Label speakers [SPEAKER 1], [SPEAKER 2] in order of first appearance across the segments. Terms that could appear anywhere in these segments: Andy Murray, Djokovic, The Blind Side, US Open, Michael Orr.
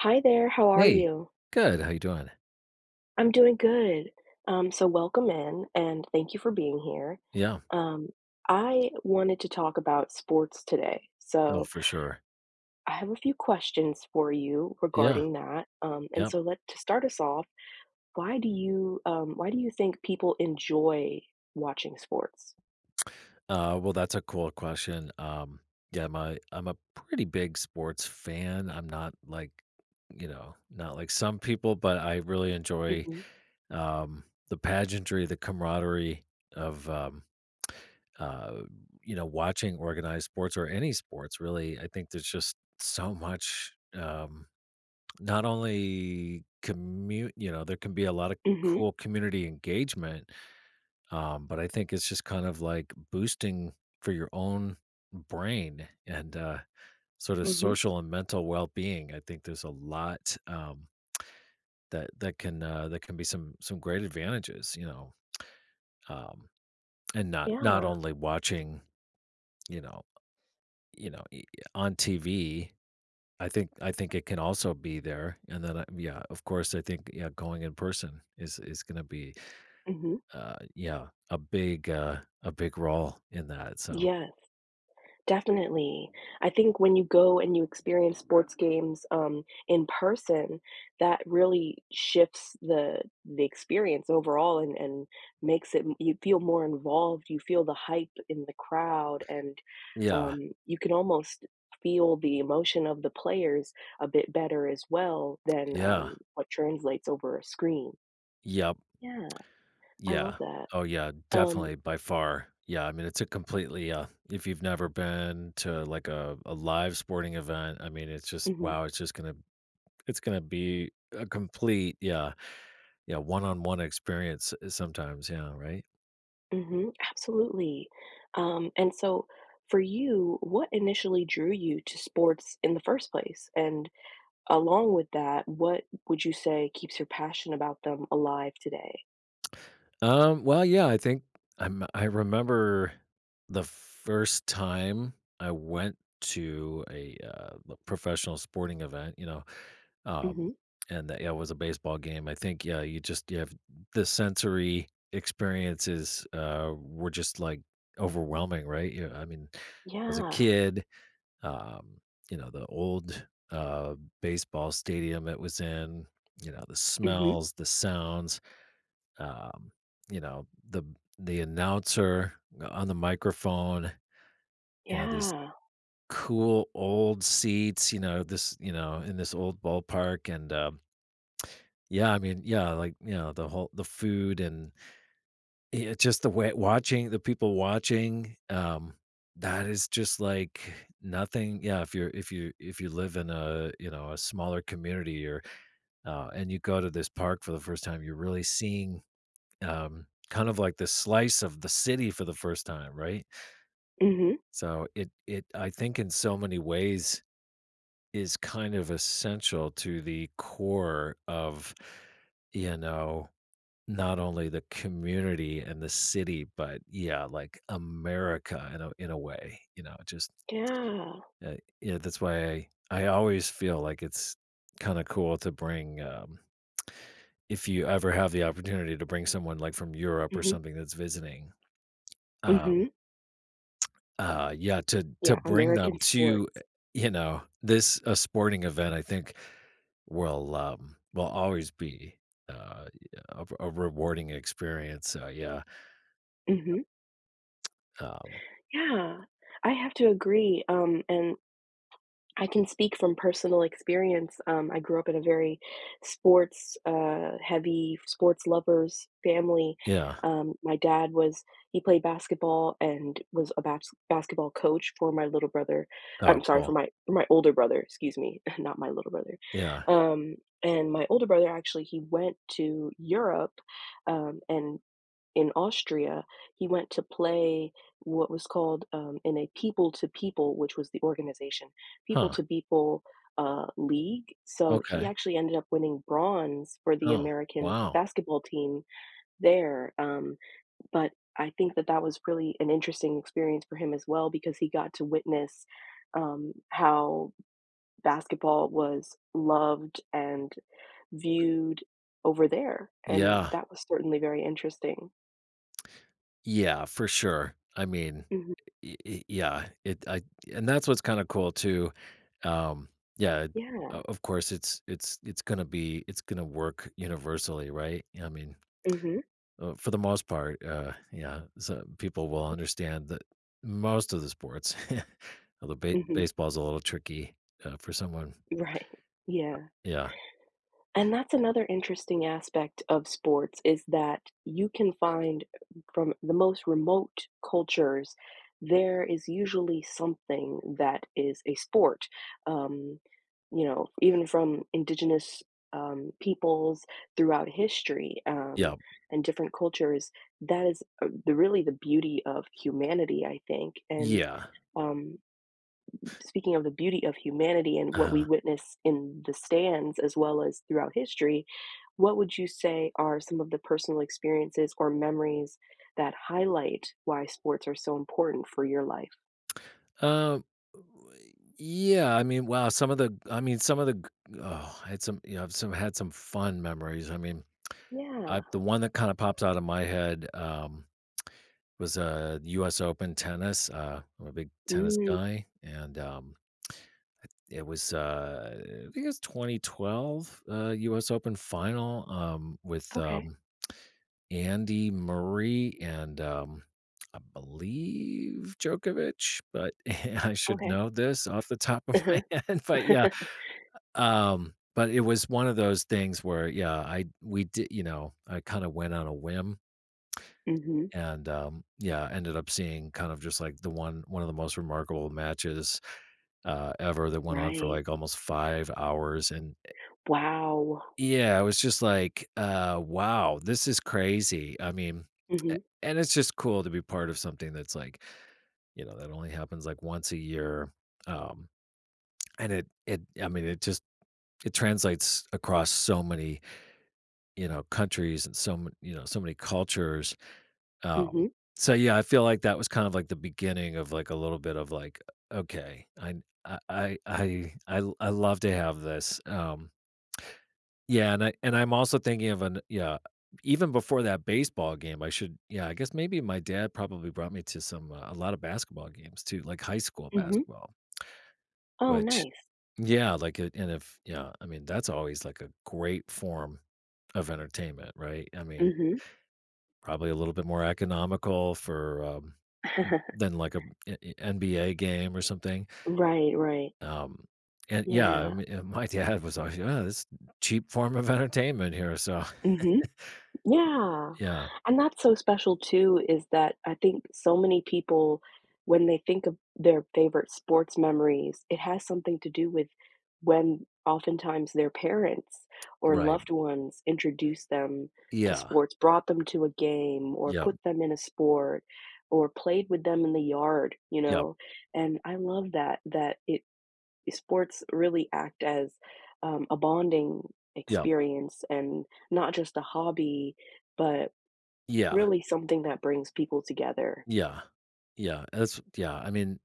[SPEAKER 1] Hi there, how are
[SPEAKER 2] Hey.
[SPEAKER 1] you?
[SPEAKER 2] Good, how you doing?
[SPEAKER 1] I'm doing good. So welcome in and thank you for being here.
[SPEAKER 2] Yeah.
[SPEAKER 1] Um, I wanted to talk about sports today.
[SPEAKER 2] Oh,
[SPEAKER 1] So
[SPEAKER 2] for sure.
[SPEAKER 1] I have a few questions for you
[SPEAKER 2] Yeah,
[SPEAKER 1] regarding that. And
[SPEAKER 2] yep.
[SPEAKER 1] so let to start us off, why do you think people enjoy watching sports?
[SPEAKER 2] Well, that's a cool question. Yeah, my I'm a pretty big sports fan. I'm not like, you know, not like some people, but I really enjoy,
[SPEAKER 1] Mm-hmm.
[SPEAKER 2] um, the pageantry, the camaraderie of, uh, you know, watching organized sports or any sports, really. I think there's just so much, not only commute, you know, there can be a lot of
[SPEAKER 1] Mm-hmm.
[SPEAKER 2] cool community engagement. But I think it's just kind of like boosting for your own brain and sort of
[SPEAKER 1] Mm-hmm.
[SPEAKER 2] social and mental well-being. I think there's a lot that can that can be some great advantages, you know, um, and not
[SPEAKER 1] Yeah.
[SPEAKER 2] only watching, you know, you know, e- on TV. I think it can also be there, and then yeah, of course, I think yeah, going in person is going to be
[SPEAKER 1] Mm-hmm.
[SPEAKER 2] yeah a big role in that. So
[SPEAKER 1] Yes. Definitely. I think when you go and you experience sports games, in person, that really shifts the experience overall and makes it you feel more involved, you feel the hype in the crowd, and,
[SPEAKER 2] yeah.
[SPEAKER 1] you can almost feel the emotion of the players a bit better as well than,
[SPEAKER 2] Yeah.
[SPEAKER 1] what translates over a screen.
[SPEAKER 2] Yep.
[SPEAKER 1] Yeah, I love
[SPEAKER 2] Yeah.
[SPEAKER 1] that.
[SPEAKER 2] Oh, yeah,
[SPEAKER 1] Um.
[SPEAKER 2] definitely, by far. Yeah, I mean, it's a completely, if you've never been to, like, a live sporting event, I mean, it's just
[SPEAKER 1] Mhm.
[SPEAKER 2] wow, it's just gonna be a complete yeah, yeah, one-on-one experience, eh, sometimes, yeah, right?
[SPEAKER 1] Mhm, absolutely. And so for you, what initially drew you to sports in the first place? And along with that, what would you say keeps your passion about them alive today?
[SPEAKER 2] Well, yeah, I think I remember the first time I went to a, l professional sporting event, you know. Um,
[SPEAKER 1] Mhm.
[SPEAKER 2] and that, yeah, it was a baseball game. I think, yeah, you have the sensory experiences, were just like overwhelming, right? You I mean, as a
[SPEAKER 1] Yeah.
[SPEAKER 2] kid, um, you know, the old, baseball stadium it was in, you know, the
[SPEAKER 1] Mhm.
[SPEAKER 2] smells, the sounds, um, you know, the announcer on the microphone, you know, these
[SPEAKER 1] Yeah.
[SPEAKER 2] cool old seats, you know, this, you know, in this old ballpark. And, yeah, I mean, yeah, like, you know, the whole the food and yeah, just the way watching the people watching, that is just like nothing. Yeah, if you live in a, you know, a smaller community or and you go to this park for the first time, you're really seeing kind of like the slice of the city for the first time, right?
[SPEAKER 1] Mhm.
[SPEAKER 2] So it I think in so many ways is kind of essential to the core of you know not only the community and the city, but yeah, like America in a way, you know, just,
[SPEAKER 1] Yeah.
[SPEAKER 2] uh, yeah, that's why I always feel like it's kinda cool to bring, if you ever have the opportunity to bring someone, like, from Europe or
[SPEAKER 1] Mhm.
[SPEAKER 2] something that's visiting, um,
[SPEAKER 1] Mhm.
[SPEAKER 2] yeah, to
[SPEAKER 1] Yeah,
[SPEAKER 2] bring them
[SPEAKER 1] American
[SPEAKER 2] to,
[SPEAKER 1] sports.
[SPEAKER 2] you know, this a sporting event, I think will always be, uh, a rewarding experience, so yeah.
[SPEAKER 1] Mhm.
[SPEAKER 2] um
[SPEAKER 1] Yeah. I have to agree. And I can speak from personal experience. I grew up in a very sports heavy, sports lovers family.
[SPEAKER 2] Yeah.
[SPEAKER 1] My dad was, he played basketball and was a basketball coach for my little brother.
[SPEAKER 2] Oh,
[SPEAKER 1] I'm sorry,
[SPEAKER 2] cool.
[SPEAKER 1] for my older brother, excuse me, not my little brother.
[SPEAKER 2] Yeah.
[SPEAKER 1] Um, and my older brother actually, he went to Europe and in Austria, he went to play what was called in a people to people, which was the organization, people
[SPEAKER 2] Huh.
[SPEAKER 1] to people league. So he
[SPEAKER 2] Okay.
[SPEAKER 1] actually ended up winning bronze for the
[SPEAKER 2] Oh,
[SPEAKER 1] American
[SPEAKER 2] wow.
[SPEAKER 1] basketball team there. But I think that that was really an interesting experience for him as well because he got to witness how basketball was loved and viewed over there. And
[SPEAKER 2] Yeah.
[SPEAKER 1] that was certainly very interesting.
[SPEAKER 2] Yeah, for sure. I mean,
[SPEAKER 1] Mhm.
[SPEAKER 2] y y yeah, it I and that's what's kinda cool too. Um, yeah, o
[SPEAKER 1] Yeah.
[SPEAKER 2] of course, it's gonna be it's gonna work universally, right? I mean,
[SPEAKER 1] Mhm,
[SPEAKER 2] for the most part, yeah, so people will understand that most of the sports, although ba
[SPEAKER 1] mhm,
[SPEAKER 2] baseball's a little tricky, for someone.
[SPEAKER 1] right. Yeah.
[SPEAKER 2] Yeah.
[SPEAKER 1] And that's another interesting aspect of sports is that you can find from the most remote cultures, there is usually something that is a sport. Um, you know, even from indigenous peoples throughout history
[SPEAKER 2] Yeah.
[SPEAKER 1] and different cultures, that is the really the beauty of humanity, I think. And
[SPEAKER 2] Yeah.
[SPEAKER 1] um, speaking of the beauty of humanity and what we
[SPEAKER 2] Uh-huh.
[SPEAKER 1] witness in the stands as well as throughout history, what would you say are some of the personal experiences or memories that highlight why sports are so important for your life?
[SPEAKER 2] Um, yeah, I mean, wow, some of the I mean, some of the g oh, I had some you know, I've some had some fun memories, I mean,
[SPEAKER 1] Yeah.
[SPEAKER 2] I the one that kinda pops out of my head, was, US Open tennis, I'm a big tennis
[SPEAKER 1] Mm,
[SPEAKER 2] guy, and, it was, I think it was 2012, US Open final, um, with,
[SPEAKER 1] okay.
[SPEAKER 2] um Andy Murray and, I believe Djokovic, but I should
[SPEAKER 1] Okay.
[SPEAKER 2] know this off the top of my
[SPEAKER 1] Uh-huh.
[SPEAKER 2] head, but yeah, but it was one of those things where, yeah, I we did you know, I kinda went on a whim
[SPEAKER 1] Hmm.
[SPEAKER 2] and, yeah, ended up seeing kind of just like the one one of the most remarkable matches, ever that went on for
[SPEAKER 1] Right.
[SPEAKER 2] like almost 5 hours. And
[SPEAKER 1] Wow.
[SPEAKER 2] yeah, I was just like, wow, this is crazy. I mean, a-
[SPEAKER 1] Hmm.
[SPEAKER 2] and it's just cool to be part of something that's like, you know, that only happens like once a year. Um, and I mean, it translates across so many, you know, countries and so, you know, so many cultures. Um,
[SPEAKER 1] Hmm.
[SPEAKER 2] so yeah, I feel like that was kind of like the beginning of like a little bit of like, okay, I love to have this. Yeah, and I'm also thinking of an yeah, even before that baseball game, I should yeah, I guess maybe my dad probably brought me to some, a lot of basketball games too, like high school
[SPEAKER 1] Hmm.
[SPEAKER 2] basketball,
[SPEAKER 1] Oh,
[SPEAKER 2] which
[SPEAKER 1] nice.
[SPEAKER 2] yeah, like it and if yeah, I mean, that's always like a great form of entertainment, right? I mean,
[SPEAKER 1] Hmm.
[SPEAKER 2] probably a little bit more economical for, than like a N N NBA game or something,
[SPEAKER 1] Right, right.
[SPEAKER 2] um, and yeah, I
[SPEAKER 1] Yeah.
[SPEAKER 2] mean, and my dad was always, "Yeah, this cheap form of entertainment here," so
[SPEAKER 1] Hmm. Yeah,
[SPEAKER 2] yeah.
[SPEAKER 1] and that's so special too, is that I think so many people, when they think of their favorite sports memories, it has something to do with when oftentimes their parents or
[SPEAKER 2] Right.
[SPEAKER 1] loved ones introduced them to
[SPEAKER 2] Yeah.
[SPEAKER 1] sports, brought them to a game, or
[SPEAKER 2] Yep.
[SPEAKER 1] put them in a sport, or played with them in the yard, you
[SPEAKER 2] Yep.
[SPEAKER 1] know? And I love that, that it sports really act as a bonding
[SPEAKER 2] Yep.
[SPEAKER 1] experience and not just a hobby, but
[SPEAKER 2] Yeah.
[SPEAKER 1] really something that brings people together.
[SPEAKER 2] Yeah. Yeah. That's yeah. I mean,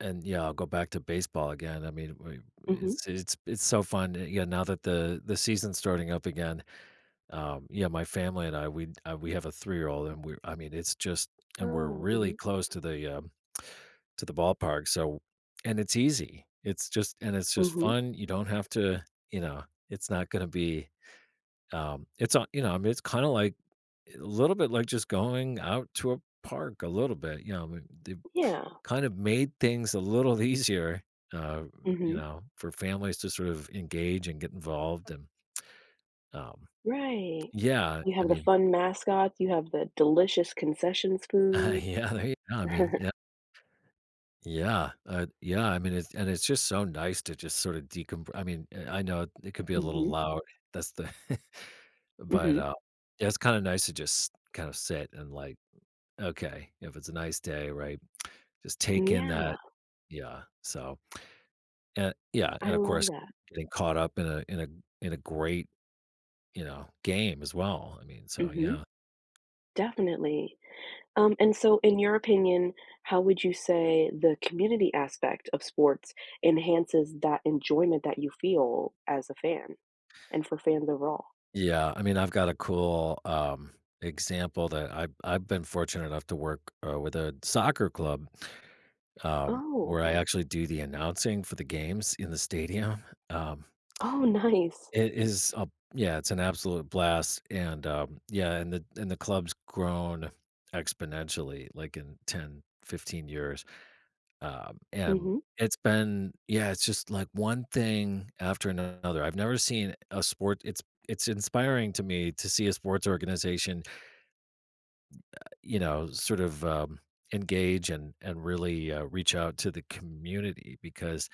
[SPEAKER 2] and yeah, I'll go back to baseball again. I mean,
[SPEAKER 1] Hmm.
[SPEAKER 2] it's so fun. Yeah, now that the season's starting up again, yeah, my family and I we have a 3 year old, and we I mean, it's just and we're
[SPEAKER 1] Oh,
[SPEAKER 2] really
[SPEAKER 1] hmm.
[SPEAKER 2] close to the ballpark. So, and it's easy. It's just
[SPEAKER 1] Hmm,
[SPEAKER 2] fun. You don't have to, you know, it's not going to be it's on, you know, I mean, it's kind of like a little bit like just going out to a park a little bit. You know, I mean, they
[SPEAKER 1] yeah,
[SPEAKER 2] kind of made things a little easier, uh, you
[SPEAKER 1] hmm,
[SPEAKER 2] know, for families to sort of engage and get involved. And um,
[SPEAKER 1] right.
[SPEAKER 2] yeah,
[SPEAKER 1] You
[SPEAKER 2] I
[SPEAKER 1] have the
[SPEAKER 2] mean,
[SPEAKER 1] fun mascots. You have the delicious concessions food.
[SPEAKER 2] yeah, there you go. I mean, yeah. Yeah, yeah. I mean, it's just so nice to just sort of decompress. I mean, I know it could be a little
[SPEAKER 1] Hmm.
[SPEAKER 2] loud. That's the, but
[SPEAKER 1] Hmm.
[SPEAKER 2] yeah, it's kind of nice to just kind of sit and like, okay, if it's a nice day, right? Just take in that
[SPEAKER 1] Yeah,
[SPEAKER 2] yeah, so and yeah,
[SPEAKER 1] I
[SPEAKER 2] and of
[SPEAKER 1] love
[SPEAKER 2] course,
[SPEAKER 1] that.
[SPEAKER 2] getting caught up in a great, you know, game as well, I mean, so
[SPEAKER 1] Hmm.
[SPEAKER 2] yeah.
[SPEAKER 1] Definitely. And so in your opinion, how would you say the community aspect of sports enhances that enjoyment that you feel as a fan and for fans overall?
[SPEAKER 2] Yeah, I mean, I've got a cool, example that I've been fortunate enough to work, with a soccer club,
[SPEAKER 1] Oh,
[SPEAKER 2] where I
[SPEAKER 1] okay.
[SPEAKER 2] actually do the announcing for the games in the stadium, um,
[SPEAKER 1] Oh, nice.
[SPEAKER 2] it is a yeah, it's an absolute blast, and, yeah, and the club's grown exponentially, like, in 10, 15 years. And
[SPEAKER 1] Mhm.
[SPEAKER 2] it's been yeah, it's just like one thing after another. I've never seen a sport it's inspiring to me to see a sports organization, you know, sort of engage and really reach out to the community because,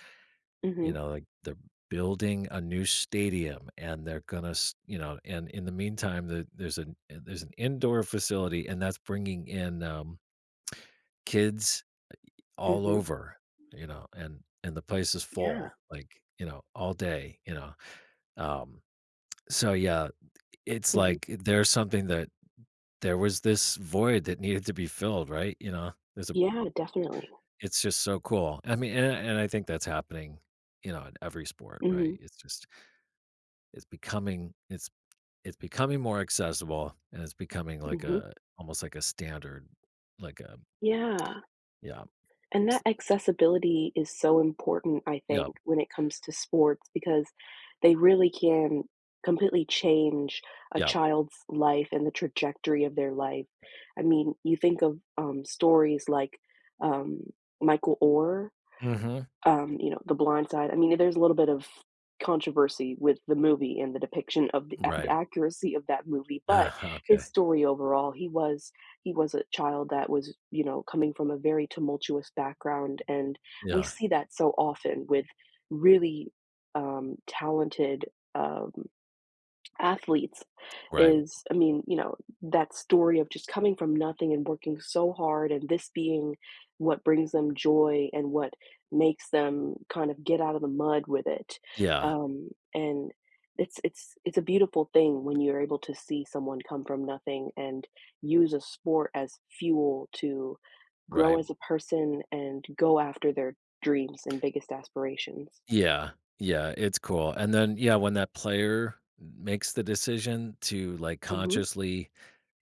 [SPEAKER 2] you
[SPEAKER 1] Mhm.
[SPEAKER 2] know, like they're building a new stadium and they're gonna you know and in the meantime there's an indoor facility and that's bringing in kids all
[SPEAKER 1] Mhm.
[SPEAKER 2] over, you know, and the place is
[SPEAKER 1] Yeah.
[SPEAKER 2] full, like, you know, all day, you know. Um, so yeah, it's
[SPEAKER 1] Mhm.
[SPEAKER 2] like there's something that there was this void that needed to be filled, right? You know, there's a
[SPEAKER 1] Yeah, definitely.
[SPEAKER 2] it's just so cool. I mean, and I think that's happening, you know, in every sport, right?
[SPEAKER 1] Mhm.
[SPEAKER 2] It's just it's becoming it's it's becoming more accessible and it's becoming like
[SPEAKER 1] Mhm.
[SPEAKER 2] a almost like a standard, like a
[SPEAKER 1] Yeah.
[SPEAKER 2] yeah,
[SPEAKER 1] And that
[SPEAKER 2] s-
[SPEAKER 1] accessibility is so important, I
[SPEAKER 2] yeah,
[SPEAKER 1] think, when it comes to sports because they really can completely change a
[SPEAKER 2] yeah.
[SPEAKER 1] child's life and the trajectory of their life. I mean, you think of stories like um, Michael Orr,
[SPEAKER 2] Hmm.
[SPEAKER 1] you know, The Blind Side. I mean, there's a little bit of controversy with the movie and the depiction of the
[SPEAKER 2] Right.
[SPEAKER 1] accuracy of that movie, but
[SPEAKER 2] Okay.
[SPEAKER 1] his story overall, he was a child that was, you know, coming from a very tumultuous background, and we
[SPEAKER 2] Yeah.
[SPEAKER 1] see that so often with really talented. Um, Athletes
[SPEAKER 2] Right.
[SPEAKER 1] is I mean, you know, that story of just coming from nothing and working so hard and this being what brings them joy and what makes them kind of get out of the mud with it.
[SPEAKER 2] Yeah,
[SPEAKER 1] And it's a beautiful thing when you're able to see someone come from nothing and use a sport as fuel to grow
[SPEAKER 2] right.
[SPEAKER 1] as a person and go after their dreams and biggest aspirations.
[SPEAKER 2] Yeah, yeah, it's cool, and then, yeah, when that player makes the decision to, like,
[SPEAKER 1] Mhm.
[SPEAKER 2] consciously,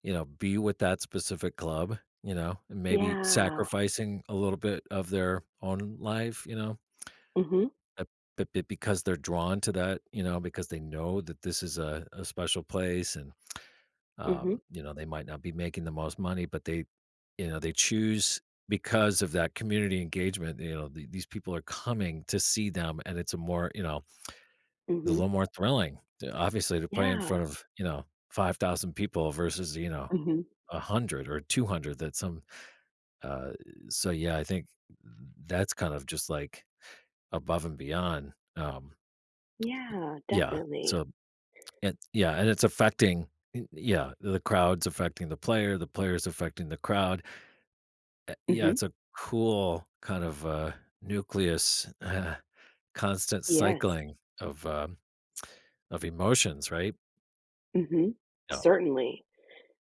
[SPEAKER 2] you know, be with that specific club, you know, and maybe
[SPEAKER 1] Yeah.
[SPEAKER 2] sacrificing a little bit of their own life, you know,
[SPEAKER 1] Mhm.
[SPEAKER 2] uh, but because they're drawn to that, you know, because they know that this is a special place. And
[SPEAKER 1] Mhm.
[SPEAKER 2] You know, they might not be making the most money, but they, you know, they choose because of that community engagement. You know, these people are coming to see them, and it's a more, you know, it's a
[SPEAKER 1] Mhm.
[SPEAKER 2] little more thrilling, obviously, to play in
[SPEAKER 1] Yeah.
[SPEAKER 2] front of you know 5,000 people versus you know
[SPEAKER 1] Mhm.
[SPEAKER 2] 100 or 200 that some. Uh, so yeah, I think that's kind of just like above and beyond.
[SPEAKER 1] Yeah,
[SPEAKER 2] Yeah.
[SPEAKER 1] definitely.
[SPEAKER 2] So and yeah, and it's affecting. Yeah, the crowd's affecting the player, the player's affecting the crowd. Yeah,
[SPEAKER 1] Mhm.
[SPEAKER 2] it's a cool kind of, nucleus, constant
[SPEAKER 1] Yes.
[SPEAKER 2] cycling of emotions, right?
[SPEAKER 1] Mhm.
[SPEAKER 2] Yeah,
[SPEAKER 1] Certainly.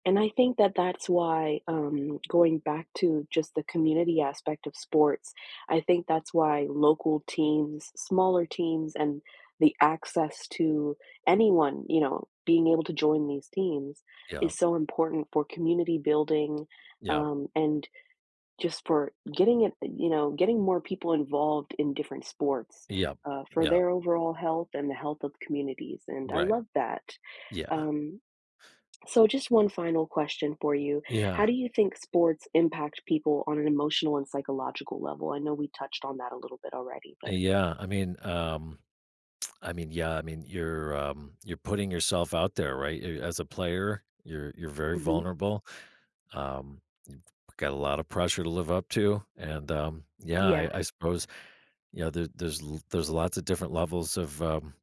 [SPEAKER 1] And I think that that's why, going back to just the community aspect of sports, I think that's why local teams, smaller teams, and the access to anyone, you know, being able to join these teams
[SPEAKER 2] yeah,
[SPEAKER 1] is so important for community building,
[SPEAKER 2] yeah,
[SPEAKER 1] and just for getting it you know, getting more people involved in different sports,
[SPEAKER 2] yeah,
[SPEAKER 1] for
[SPEAKER 2] yeah,
[SPEAKER 1] their overall health and the health of communities, and I
[SPEAKER 2] right,
[SPEAKER 1] love that.
[SPEAKER 2] yeah,
[SPEAKER 1] Um, so just one final question for you. How
[SPEAKER 2] yeah,
[SPEAKER 1] do you think sports impact people on an emotional and psychological level? I know we touched on that a little bit already, but
[SPEAKER 2] yeah, I mean, yeah, I mean, you're putting yourself out there, right? Y as a player, you're very
[SPEAKER 1] mhm.
[SPEAKER 2] vulnerable, um, got a lot of pressure to live up to, and, yeah,
[SPEAKER 1] Yeah.
[SPEAKER 2] I suppose, yeah, there's lots of different levels of,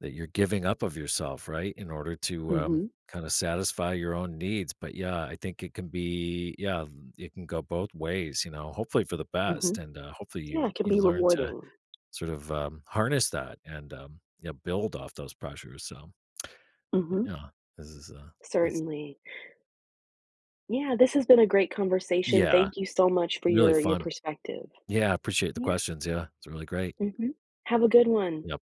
[SPEAKER 2] that you're giving up of yourself, right, in order to,
[SPEAKER 1] Mhm.
[SPEAKER 2] kinda satisfy your own needs, but, yeah, I think it can be yeah, it can go both ways, you know, hopefully for the best,
[SPEAKER 1] Mhm.
[SPEAKER 2] and, hopefully
[SPEAKER 1] Yeah, it can
[SPEAKER 2] you
[SPEAKER 1] be
[SPEAKER 2] learn to
[SPEAKER 1] rewarding.
[SPEAKER 2] sort of, harness that and, yeah, build off those pressures, so,
[SPEAKER 1] Mhm.
[SPEAKER 2] yeah, this is, it's
[SPEAKER 1] Certainly. Yeah, this has been a great conversation.
[SPEAKER 2] yeah,
[SPEAKER 1] Thank you so much for
[SPEAKER 2] really
[SPEAKER 1] your
[SPEAKER 2] fun.
[SPEAKER 1] perspective.
[SPEAKER 2] Yeah, I appreciate the
[SPEAKER 1] Yeah.
[SPEAKER 2] questions, yeah, it's really great.
[SPEAKER 1] Mhm. Have a good one.
[SPEAKER 2] Yep.